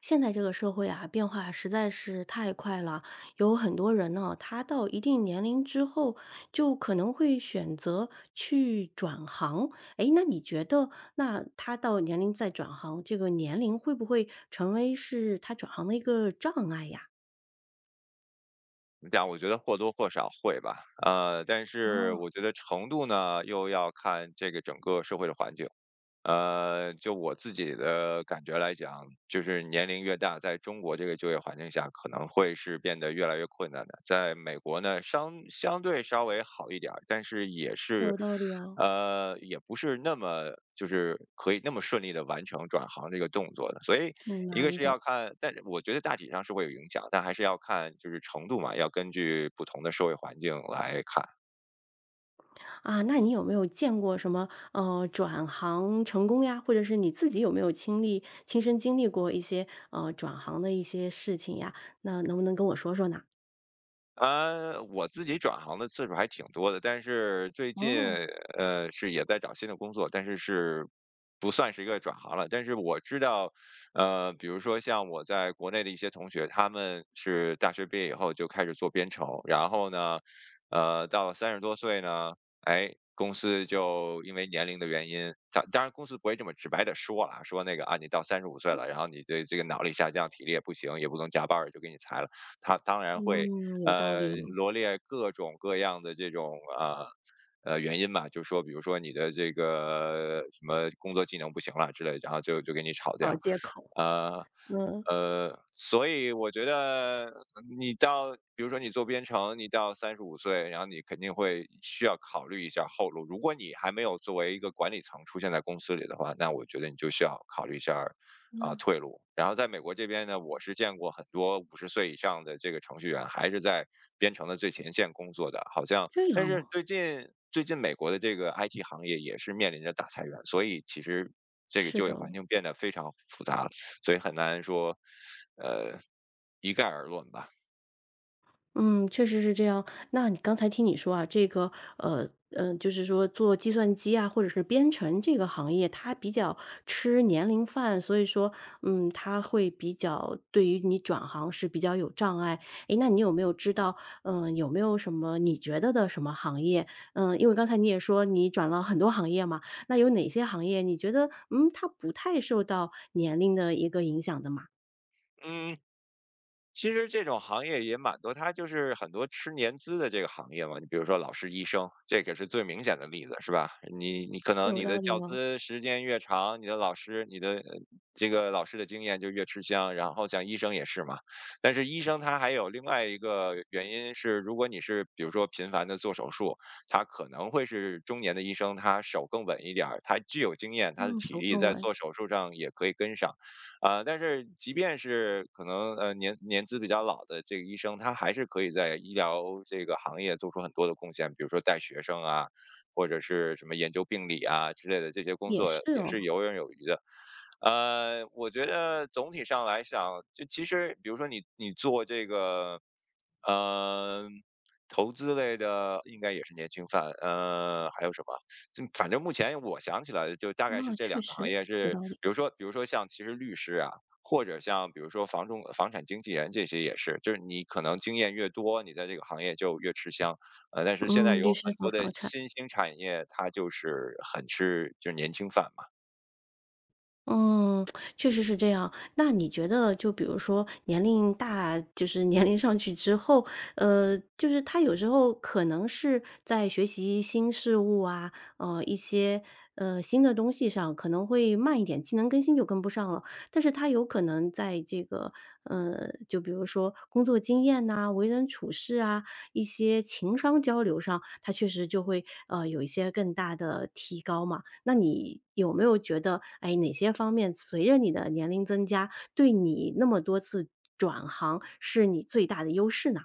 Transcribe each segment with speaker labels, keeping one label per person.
Speaker 1: 现在这个社会啊，变化实在是太快了。有很多人呢，他到一定年龄之后，就可能会选择去转行。诶，那你觉得，那他到年龄再转行，这个年龄会不会成为是他转行的一个障碍呀？
Speaker 2: 怎么讲，我觉得或多或少会吧，但是
Speaker 1: 哦，
Speaker 2: 我觉得程度呢，又要看这个整个社会的环境。就我自己的感觉来讲，就是年龄越大，在中国这个就业环境下，可能会是变得越来越困难的。在美国呢，相对稍微好一点儿，但是也是，
Speaker 1: 有道理哦，
Speaker 2: 也不是那么就是可以那么顺利的完成转行这个动作的。所以
Speaker 1: 挺
Speaker 2: 一个
Speaker 1: 难
Speaker 2: 是要
Speaker 1: 的。
Speaker 2: 看，但是我觉得大体上是会有影响，但还是要看就是程度嘛，要根据不同的社会环境来看。
Speaker 1: 啊，那你有没有见过什么，转行成功呀？或者是你自己有没有经历亲身经历过一些，转行的一些事情呀？那能不能跟我说说呢？
Speaker 2: 啊，我自己转行的次数还挺多的，但是最近
Speaker 1: 哦，
Speaker 2: 是也在找新的工作，但是不算是一个转行了。但是我知道，比如说像我在国内的一些同学，他们是大学毕业以后就开始做编程，然后呢，到了30多岁呢，哎，公司就因为年龄的原因，当然公司不会这么直白的说了，说那个啊，你到三十五岁了，然后你的这个脑力下降，体力也不行，也不能加班儿，就给你裁了。他当然会
Speaker 1: 嗯，有道理哦，
Speaker 2: 罗列各种各样的这种啊。原因嘛，就说比如说你的这个什么工作技能不行了之类的然后就给你炒
Speaker 1: 找
Speaker 2: 掉，
Speaker 1: 借口。
Speaker 2: 呃
Speaker 1: 嗯，
Speaker 2: 所以我觉得你到，比如说你做编程，你到三十五岁，然后你肯定会需要考虑一下后路。如果你还没有作为一个管理层出现在公司里的话，那我觉得你就需要考虑一下
Speaker 1: 那
Speaker 2: 退路。然后在美国这边呢，我是见过很多50岁以上的这个程序员还是在编程的最前线工作的，好像
Speaker 1: 这样
Speaker 2: 但是
Speaker 1: 哦，
Speaker 2: 最近美国的这个 IT 行业也是面临着大裁员，所以其实这个
Speaker 1: 是
Speaker 2: 就业
Speaker 1: 的
Speaker 2: 环
Speaker 1: 哦。
Speaker 2: 境变得非常复杂了，所以很难说呃一概而论吧。
Speaker 1: 嗯，确实是这样。那你刚才听你说啊，这个呃就是说做计算机啊，或者是编程这个行业，它比较吃年龄饭，所以说，嗯，它会比较对于你转行是比较有障碍。诶，那你有没有知道，嗯、有没有什么你觉得的什么行业？嗯、因为刚才你也说你转了很多行业嘛，那有哪些行业你觉得，嗯，它不太受到年龄的一个影响的嘛？
Speaker 2: 嗯，其实这种行业也蛮多，它就是很多吃年资的这个行业嘛。你比如说老师、医生，这个是最明显的例子，是吧？你可能
Speaker 1: 有
Speaker 2: 你的
Speaker 1: 道理
Speaker 2: 教
Speaker 1: 哦，
Speaker 2: 资时间越长，你的老师、你的这个老师的经验就越吃香。然后像医生也是嘛，但是医生他还有另外一个原因是，如果你是比如说频繁的做手术，他可能会是中年的医生，他手更稳一点儿，他具有经验，他的
Speaker 1: 嗯，
Speaker 2: 体
Speaker 1: 手
Speaker 2: 力
Speaker 1: 更
Speaker 2: 在
Speaker 1: 稳
Speaker 2: 做手术上也可以跟上。但是即便是可能年资比较老的这个医生，他还是可以在医疗这个行业做出很多的贡献，比如说带学生啊，或者是什么研究病理啊之类的这些工
Speaker 1: 也
Speaker 2: 作
Speaker 1: 是
Speaker 2: 也
Speaker 1: 哦。
Speaker 2: 是游刃有余的。我觉得总体上来讲，就其实比如说你做这个，呃，投资类的应该也是年轻范，还有什么？就反正目前我想起来的就大概是
Speaker 1: 啊，
Speaker 2: 这两
Speaker 1: 确
Speaker 2: 个行
Speaker 1: 实，
Speaker 2: 业
Speaker 1: 有
Speaker 2: 是，
Speaker 1: 道理。
Speaker 2: 比如说像其实律师啊，或者像比如说房产经纪人这些也是，就是你可能经验越多，你在这个行业就越吃香。但是现在
Speaker 1: 嗯，
Speaker 2: 有
Speaker 1: 律
Speaker 2: 很
Speaker 1: 师和
Speaker 2: 多的
Speaker 1: 房产，
Speaker 2: 新兴产业，它就是很吃就是年轻饭嘛。
Speaker 1: 嗯，确实是这样。那你觉得，就比如说年龄大，就是年龄上去之后，就是他有时候可能是在学习新事物啊，一些新的东西上可能会慢一点，技能更新就跟不上了。但是他有可能在这个，就比如说工作经验呐、为人处事啊、一些情商交流上，他确实就会有一些更大的提高嘛。那你有没有觉得，哎，哪些方面随着你的年龄增加，对你那么多次转行是你最大的优势呢？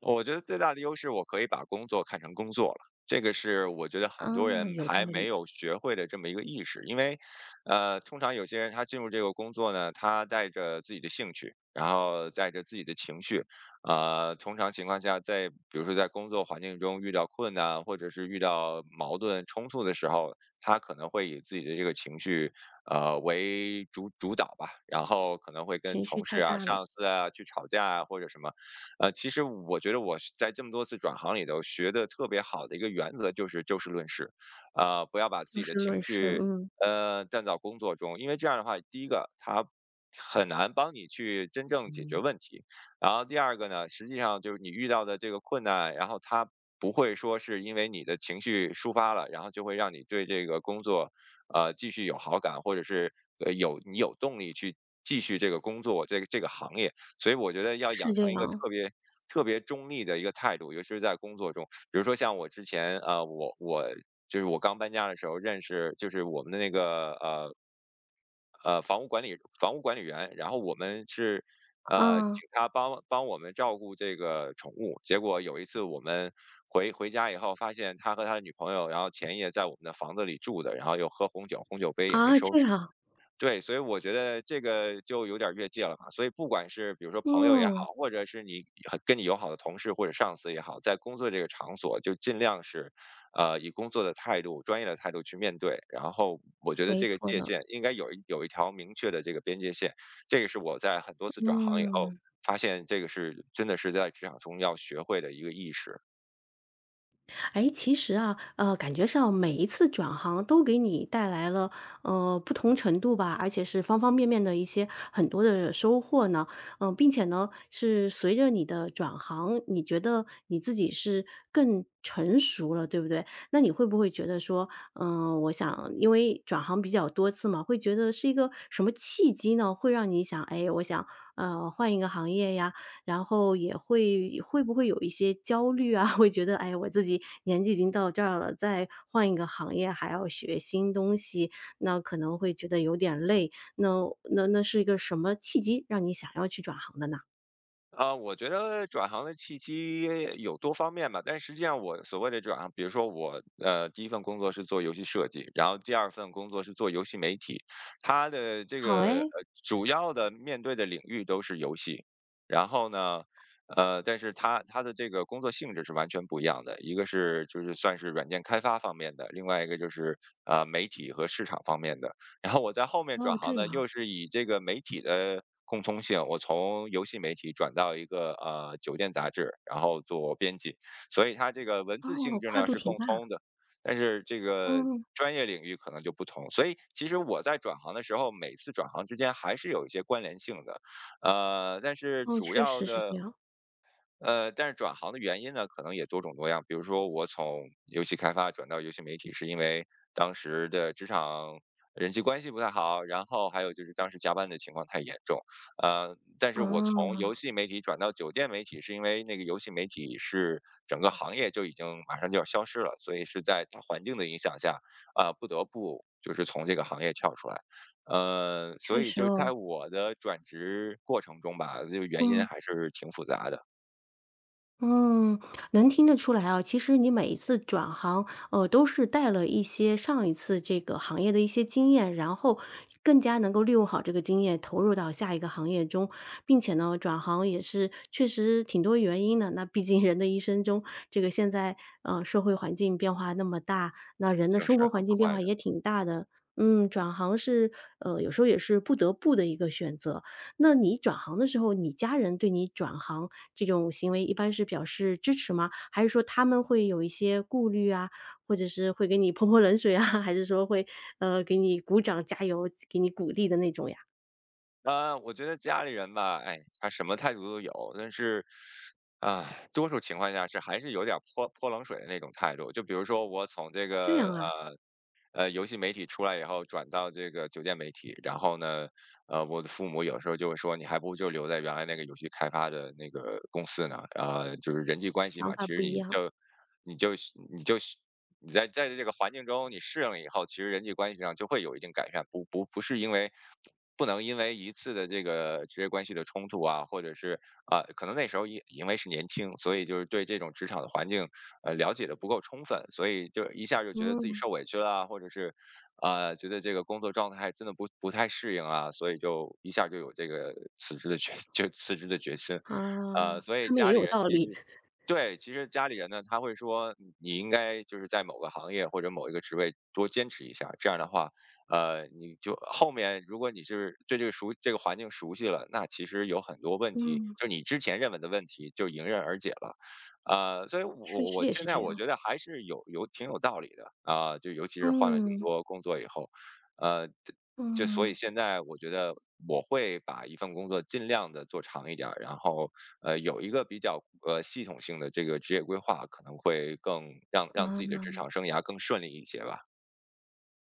Speaker 2: 我觉得最大的优势，我可以把工作看成工作了。这个是我觉得
Speaker 1: 啊，
Speaker 2: 很多人
Speaker 1: 有道
Speaker 2: 还没
Speaker 1: 理，
Speaker 2: 有学会的这么一个意识，因为，通常有些人他进入这个工作呢，他带着自己的兴趣，然后带着自己的情绪，通常情况下在，比如说在工作环境中遇到困难或者是遇到矛盾冲突的时候，他可能会以自己的这个情绪，为主导吧，然后可能会跟
Speaker 1: 情绪
Speaker 2: 同事
Speaker 1: 太
Speaker 2: 啊、
Speaker 1: 大
Speaker 2: 上
Speaker 1: 了，
Speaker 2: 司啊去吵架啊或者什么。其实我觉得我是在这么多次转行里头学的特别好的一个原则就是就事论事，啊、不要把自
Speaker 1: 就
Speaker 2: 己的
Speaker 1: 事论
Speaker 2: 情
Speaker 1: 事，
Speaker 2: 绪
Speaker 1: 嗯，
Speaker 2: 站到工作中，因为这样的话，第一个它很难帮你去真正解决问题，然后第二个呢，实际上就是你遇到的这个困难，然后它不会说是因为你的情绪抒发了，然后就会让你对这个工作，继续有好感，或者是有你有动力去继续这个工作这个行业。所以我觉得要
Speaker 1: 是
Speaker 2: 养
Speaker 1: 这
Speaker 2: 成一个
Speaker 1: 样，
Speaker 2: 特别特别中立的一个态度，尤其是在工作中。比如说像我之前，我就是我刚搬家的时候认识，就是我们的那个房屋管理员，然后我们是请
Speaker 1: 啊
Speaker 2: 他帮帮我们照顾这个宠物。结果有一次我们回家以后，发现他和他的女朋友，然后前夜在我们的房子里住的，然后又喝红酒，红酒杯也没
Speaker 1: 啊，
Speaker 2: 收
Speaker 1: 这
Speaker 2: 拾。
Speaker 1: 样，
Speaker 2: 对，所以我觉得这个就有点儿越界了嘛。所以不管是比如说朋友也好，
Speaker 1: 嗯，
Speaker 2: 或者是你很跟你友好的同事或者上司也好，在工作这个场所就尽量是，以工作的态度、专业的态度去面对。然后我觉得
Speaker 1: 没
Speaker 2: 这个
Speaker 1: 错
Speaker 2: 界
Speaker 1: 的，
Speaker 2: 限应该有一条明确的这个边界线，这个是我在很多次转行以后
Speaker 1: 嗯。
Speaker 2: 发现，这个是真的是在职场中要学会的一个意识。
Speaker 1: 哎，其实啊，感觉上每一次转行都给你带来了，不同程度吧，而且是方方面面的一些很多的收获呢。嗯、并且呢，是随着你的转行，你觉得你自己是更成熟了，对不对？那你会不会觉得说，嗯、我想因为转行比较多次嘛，会觉得是一个什么契机呢？会让你想，哎，我想换一个行业呀，然后也会会不会有一些焦虑啊？会觉得，哎，我自己年纪已经到这儿了，再换一个行业还要学新东西，那可能会觉得有点累。那那是一个什么契机让你想要去转行的呢？
Speaker 2: 啊，我觉得转行的契机有多方面吧，但实际上我所谓的转行，比如说我第一份工作是做游戏设计，然后第二份工作是做游戏媒体，它的这
Speaker 1: 好
Speaker 2: 个
Speaker 1: 哎，
Speaker 2: 主要的面对的领域都是游戏，然后呢，但是它的这个工作性质是完全不一样的，一个是就是算是软件开发方面的，另外一个就是媒体和市场方面的。然后我在后面
Speaker 1: 哦，
Speaker 2: 转行
Speaker 1: 这
Speaker 2: 呢，
Speaker 1: 样
Speaker 2: 又是以这个媒体的共通性，我从游戏媒体转到一个酒店杂志，然后做编辑，所以它这个文
Speaker 1: 啊
Speaker 2: 字性
Speaker 1: 哦，
Speaker 2: 质
Speaker 1: 跨
Speaker 2: 呢
Speaker 1: 度
Speaker 2: 是
Speaker 1: 挺
Speaker 2: 共
Speaker 1: 大，
Speaker 2: 通的，但是这个
Speaker 1: 嗯，
Speaker 2: 专业领域可能就不同。所以其实我在转行的时候，每次转行之间还是有一些关联性的，呃，但是
Speaker 1: 哦，
Speaker 2: 主
Speaker 1: 确
Speaker 2: 要
Speaker 1: 实是
Speaker 2: 的
Speaker 1: 这样，
Speaker 2: 但是转行的原因呢，可能也多种多样。比如说，我从游戏开发转到游戏媒体，是因为当时的职场人际关系不太好，然后还有就是当时加班的情况太严重。但是我从
Speaker 1: 啊，
Speaker 2: 游戏媒体转到酒店媒体，是因为那个游戏媒体是整个行业就已经马上就要消失了，所以是在大环境的影响下，啊、不得不就是从这个行业跳出来。所
Speaker 1: 确
Speaker 2: 以
Speaker 1: 实
Speaker 2: 就是在
Speaker 1: 哦，
Speaker 2: 我的转职过程中吧，这个原因
Speaker 1: 嗯。
Speaker 2: 还是挺复杂的。
Speaker 1: 嗯，能听得出来啊，其实你每一次转行，都是带了一些上一次这个行业的一些经验，然后更加能够利用好这个经验，投入到下一个行业中，并且呢，转行也是确实挺多原因的。那毕竟人的一生中，这个现在社会环境变化那么大，那人的
Speaker 2: 就
Speaker 1: 生
Speaker 2: 是很
Speaker 1: 活环境变
Speaker 2: 快
Speaker 1: 化
Speaker 2: 的。
Speaker 1: 也挺大的。嗯，转行是有时候也是不得不的一个选择。那你转行的时候，你家人对你转行这种行为一般是表示支持吗？还是说他们会有一些顾虑啊，或者是会给你泼泼冷水啊，还是说会，给你鼓掌加油，给你鼓励的那种呀？
Speaker 2: 啊，我觉得家里人吧，哎，他什么态度都有，但是，多数情况下是还是有点儿泼泼冷水的那种态度。就比如说我从这
Speaker 1: 这样
Speaker 2: 个
Speaker 1: 啊，
Speaker 2: 游戏媒体出来以后转到这个酒店媒体，然后呢，我的父母有时候就会说，你还不如就留在原来那个游戏开发的那个公司呢，就是人际关系
Speaker 1: 想
Speaker 2: 嘛，
Speaker 1: 法
Speaker 2: 其实
Speaker 1: 不一样。
Speaker 2: 你就你就你在这个环境中你适应了以后，其实人际关系上就会有一定改善，不是因为。不能因为一次的这个职业关系的冲突啊，或者是啊、可能那时候为是年轻，所以就是对这种职场的环境了解的不够充分，所以就一下就觉得自己
Speaker 1: 嗯，
Speaker 2: 受委屈了，或者是觉得这个工作状态真的不太适应啊，所以就一下就有这个辞职的决 就辞职的决心，
Speaker 1: 啊，
Speaker 2: 所以
Speaker 1: 他们
Speaker 2: 家
Speaker 1: 也
Speaker 2: 里
Speaker 1: 有
Speaker 2: 人
Speaker 1: 道
Speaker 2: 其
Speaker 1: 理。
Speaker 2: 实。对，其实家里人呢，他会说你应该就是在某个行业或者某一个职位多坚持一下，这样的话，你就后面如果你是对这个这个环境熟悉了，那其实有很多问题，
Speaker 1: 嗯，
Speaker 2: 就你之前认为的问题就迎刃而解了。所以
Speaker 1: 确
Speaker 2: 我
Speaker 1: 实
Speaker 2: 我
Speaker 1: 也
Speaker 2: 现
Speaker 1: 是
Speaker 2: 在
Speaker 1: 这
Speaker 2: 我
Speaker 1: 样。
Speaker 2: 觉得还是有挺有道理的啊，就尤其是换了这么
Speaker 1: 嗯，
Speaker 2: 多工作以后，呃，这这所以
Speaker 1: 嗯，
Speaker 2: 现在我觉得我会把一份工作尽量的做长一点儿，然后有一个比较系统性的这个职业规划，可能会更让自己的
Speaker 1: 啊。
Speaker 2: 职场生涯更顺利一些吧。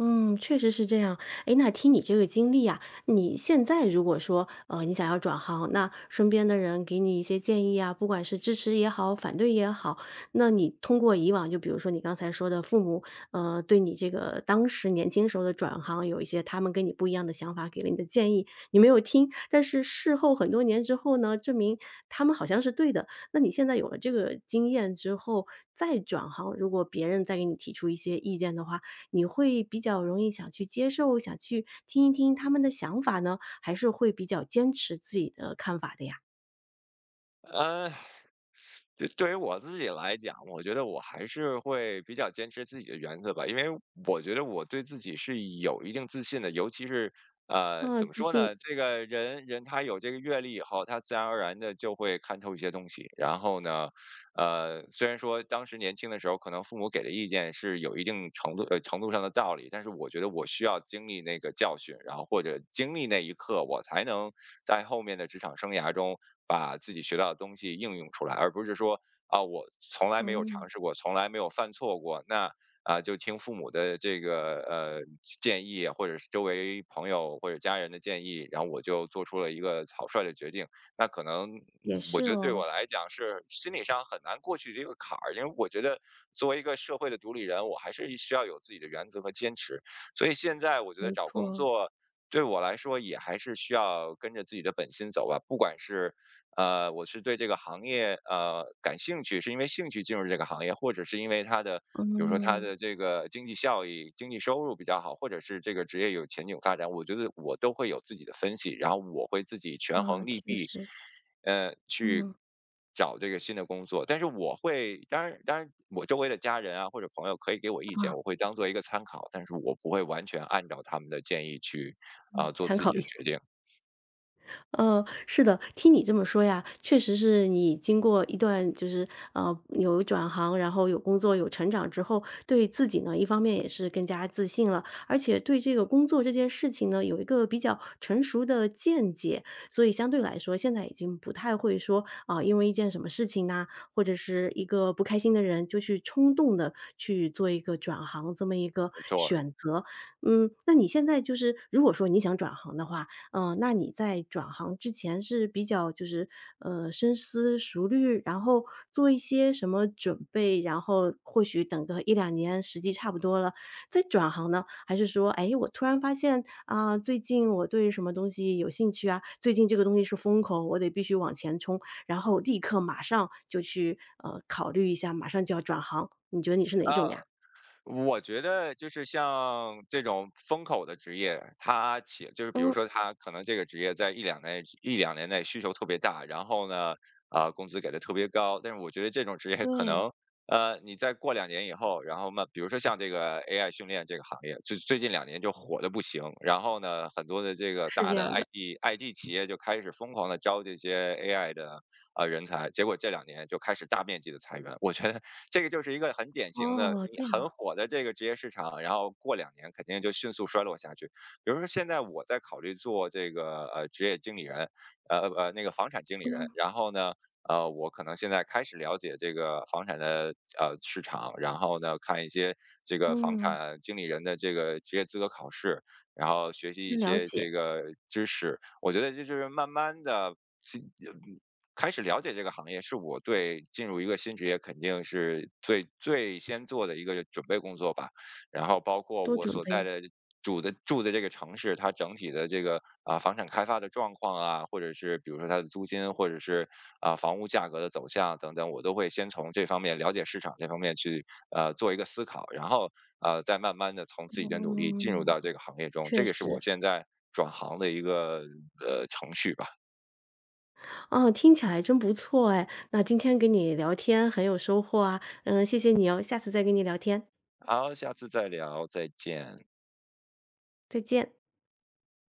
Speaker 1: 嗯，确实是这样。诶，那听你这个经历啊，你现在如果说，你想要转行，那身边的人给你一些建议啊，不管是支持也好，反对也好，那你通过以往，就比如说你刚才说的父母，对你这个当时年轻时候的转行有一些他们跟你不一样的想法，给了你的建议，你没有听，但是事后很多年之后呢，证明他们好像是对的。那你现在有了这个经验之后，再转行，如果别人再给你提出一些意见的话，你会比较容易想去接受，想去听一听他们的想法呢？还是会比较坚持自己的看法的呀？
Speaker 2: 呃，对，对于我自己来讲，我觉得我还是会比较坚持自己的原则吧，因为我觉得我对自己是有一定自信的，尤其是
Speaker 1: 啊，
Speaker 2: 怎么
Speaker 1: 自
Speaker 2: 说呢？
Speaker 1: 信，
Speaker 2: 这个人他有这个阅历以后，他自然而然的就会看透一些东西。然后呢，虽然说当时年轻的时候，可能父母给的意见是有一定程度上的道理，但是我觉得我需要经历那个教训，然后或者经历那一刻，我才能在后面的职场生涯中。把自己学到的东西应用出来，而不是说啊，我从来没有
Speaker 1: 嗯，
Speaker 2: 尝试过，从来没有犯错过，那啊就听父母的这个建议，或者是周围朋友或者家人的建议，然后我就做出了一个草率的决定。那可能嗯
Speaker 1: 也
Speaker 2: 我
Speaker 1: 是
Speaker 2: 觉得对
Speaker 1: 哦，
Speaker 2: 我来讲是心理上很难过去这个坎儿，因为我觉得作为一个社会的独立人，我还是需要有自己的原则和坚持。所以现在我觉得
Speaker 1: 没
Speaker 2: 找工
Speaker 1: 错。
Speaker 2: 作对我来说也还是需要跟着自己的本心走吧，不管是我是对这个行业感兴趣，是因为兴趣进入这个行业，或者是因为它的，比如说它
Speaker 1: 嗯，
Speaker 2: 的这个经济效益、经济收入比较好，或者是这个职业有前景发展，我觉得我都会有自己的分析，然后我会自己权
Speaker 1: 啊，
Speaker 2: 衡利
Speaker 1: 确
Speaker 2: 弊，
Speaker 1: 实，
Speaker 2: 去
Speaker 1: 嗯，
Speaker 2: 找这个新的工作。但是我会，当然，当然，我周围的家人啊或者朋友可以给我意见，
Speaker 1: 啊，
Speaker 2: 我会当做一个参考，但是我不会完全按照他们的建议去
Speaker 1: 嗯，
Speaker 2: 啊、做
Speaker 1: 参
Speaker 2: 自己
Speaker 1: 考一
Speaker 2: 的
Speaker 1: 下。
Speaker 2: 决定。
Speaker 1: 嗯，是的，听你这么说呀，确实是你经过一段就是有转行，然后有工作有成长之后，对自己呢一方面也是更加自信了，而且对这个工作这件事情呢有一个比较成熟的见解，所以相对来说现在已经不太会说啊、因为一件什么事情呐、或者是一个不开心的人就去冲动的去做一个转行这么一个
Speaker 2: 没错儿
Speaker 1: 选择。嗯，那你现在就是如果说你想转行的话，嗯，那你在转行之前是比较就是，深思熟虑，然后做一些什么准备，然后或许等个一两年时机差不多了，再转行呢？还是说，哎，我突然发现，啊，最近我对什么东西有兴趣啊，最近这个东西是风口，我得必须往前冲，然后立刻马上就去，考虑一下，马上就要转行，你觉得你是哪一
Speaker 2: 啊，
Speaker 1: 种呀？
Speaker 2: 我觉得就是像这种风口的职业，它起就是比如
Speaker 1: 嗯，
Speaker 2: 说它可能这个职业在一两年内需求特别大，然后呢，啊、工资给的特别高，但是我觉得这种职业可
Speaker 1: 对，
Speaker 2: 能。你再过两年以后，然后嘛，比如说像这个 AI 训练这个行业，就最近两年就火的不行。然后呢，很多的这个
Speaker 1: 是
Speaker 2: 大
Speaker 1: 这
Speaker 2: 的
Speaker 1: 样的。
Speaker 2: IT 企业就开始疯狂的招这些 AI 的人才，结果这两年就开始大面积的裁员。我觉得这个就是一个很典型的
Speaker 1: 哦，
Speaker 2: 你
Speaker 1: 这
Speaker 2: 很
Speaker 1: 样，
Speaker 2: 火的这个职业市场，然后过两年肯定就迅速衰落下去。比如说现在我在考虑做这个职业经理人，那个房产经理人，
Speaker 1: 嗯，
Speaker 2: 然后呢。我可能现在开始了解这个房产的市场，然后呢，看一些这个房
Speaker 1: 嗯，
Speaker 2: 产经理人的这个职业资格考试，然后学习一
Speaker 1: 先了
Speaker 2: 些这
Speaker 1: 解。
Speaker 2: 个知识。我觉得这就是慢慢的，嗯开始了解这个行业，是我对进入一个新职业肯定是最先做的一个准备工作吧。然后包括
Speaker 1: 多
Speaker 2: 我
Speaker 1: 准
Speaker 2: 所在
Speaker 1: 备，
Speaker 2: 的住的这个城市，它整体的这个啊、房产开发的状况啊，或者是比如说它的租金，或者是啊、房屋价格的走向等等，我都会先从这方面了解市场这方面去做一个思考，然后再慢慢的从自己的努力进入
Speaker 1: 嗯，
Speaker 2: 到这个行业中。这
Speaker 1: 确
Speaker 2: 个是我
Speaker 1: 实。
Speaker 2: 现在转行的一个程序吧。
Speaker 1: 哦，听起来真不错哎，那今天跟你聊天很有收获啊，嗯，谢谢你哦，下次再跟你聊天，
Speaker 2: 好，下次再聊，再见。
Speaker 1: 再见。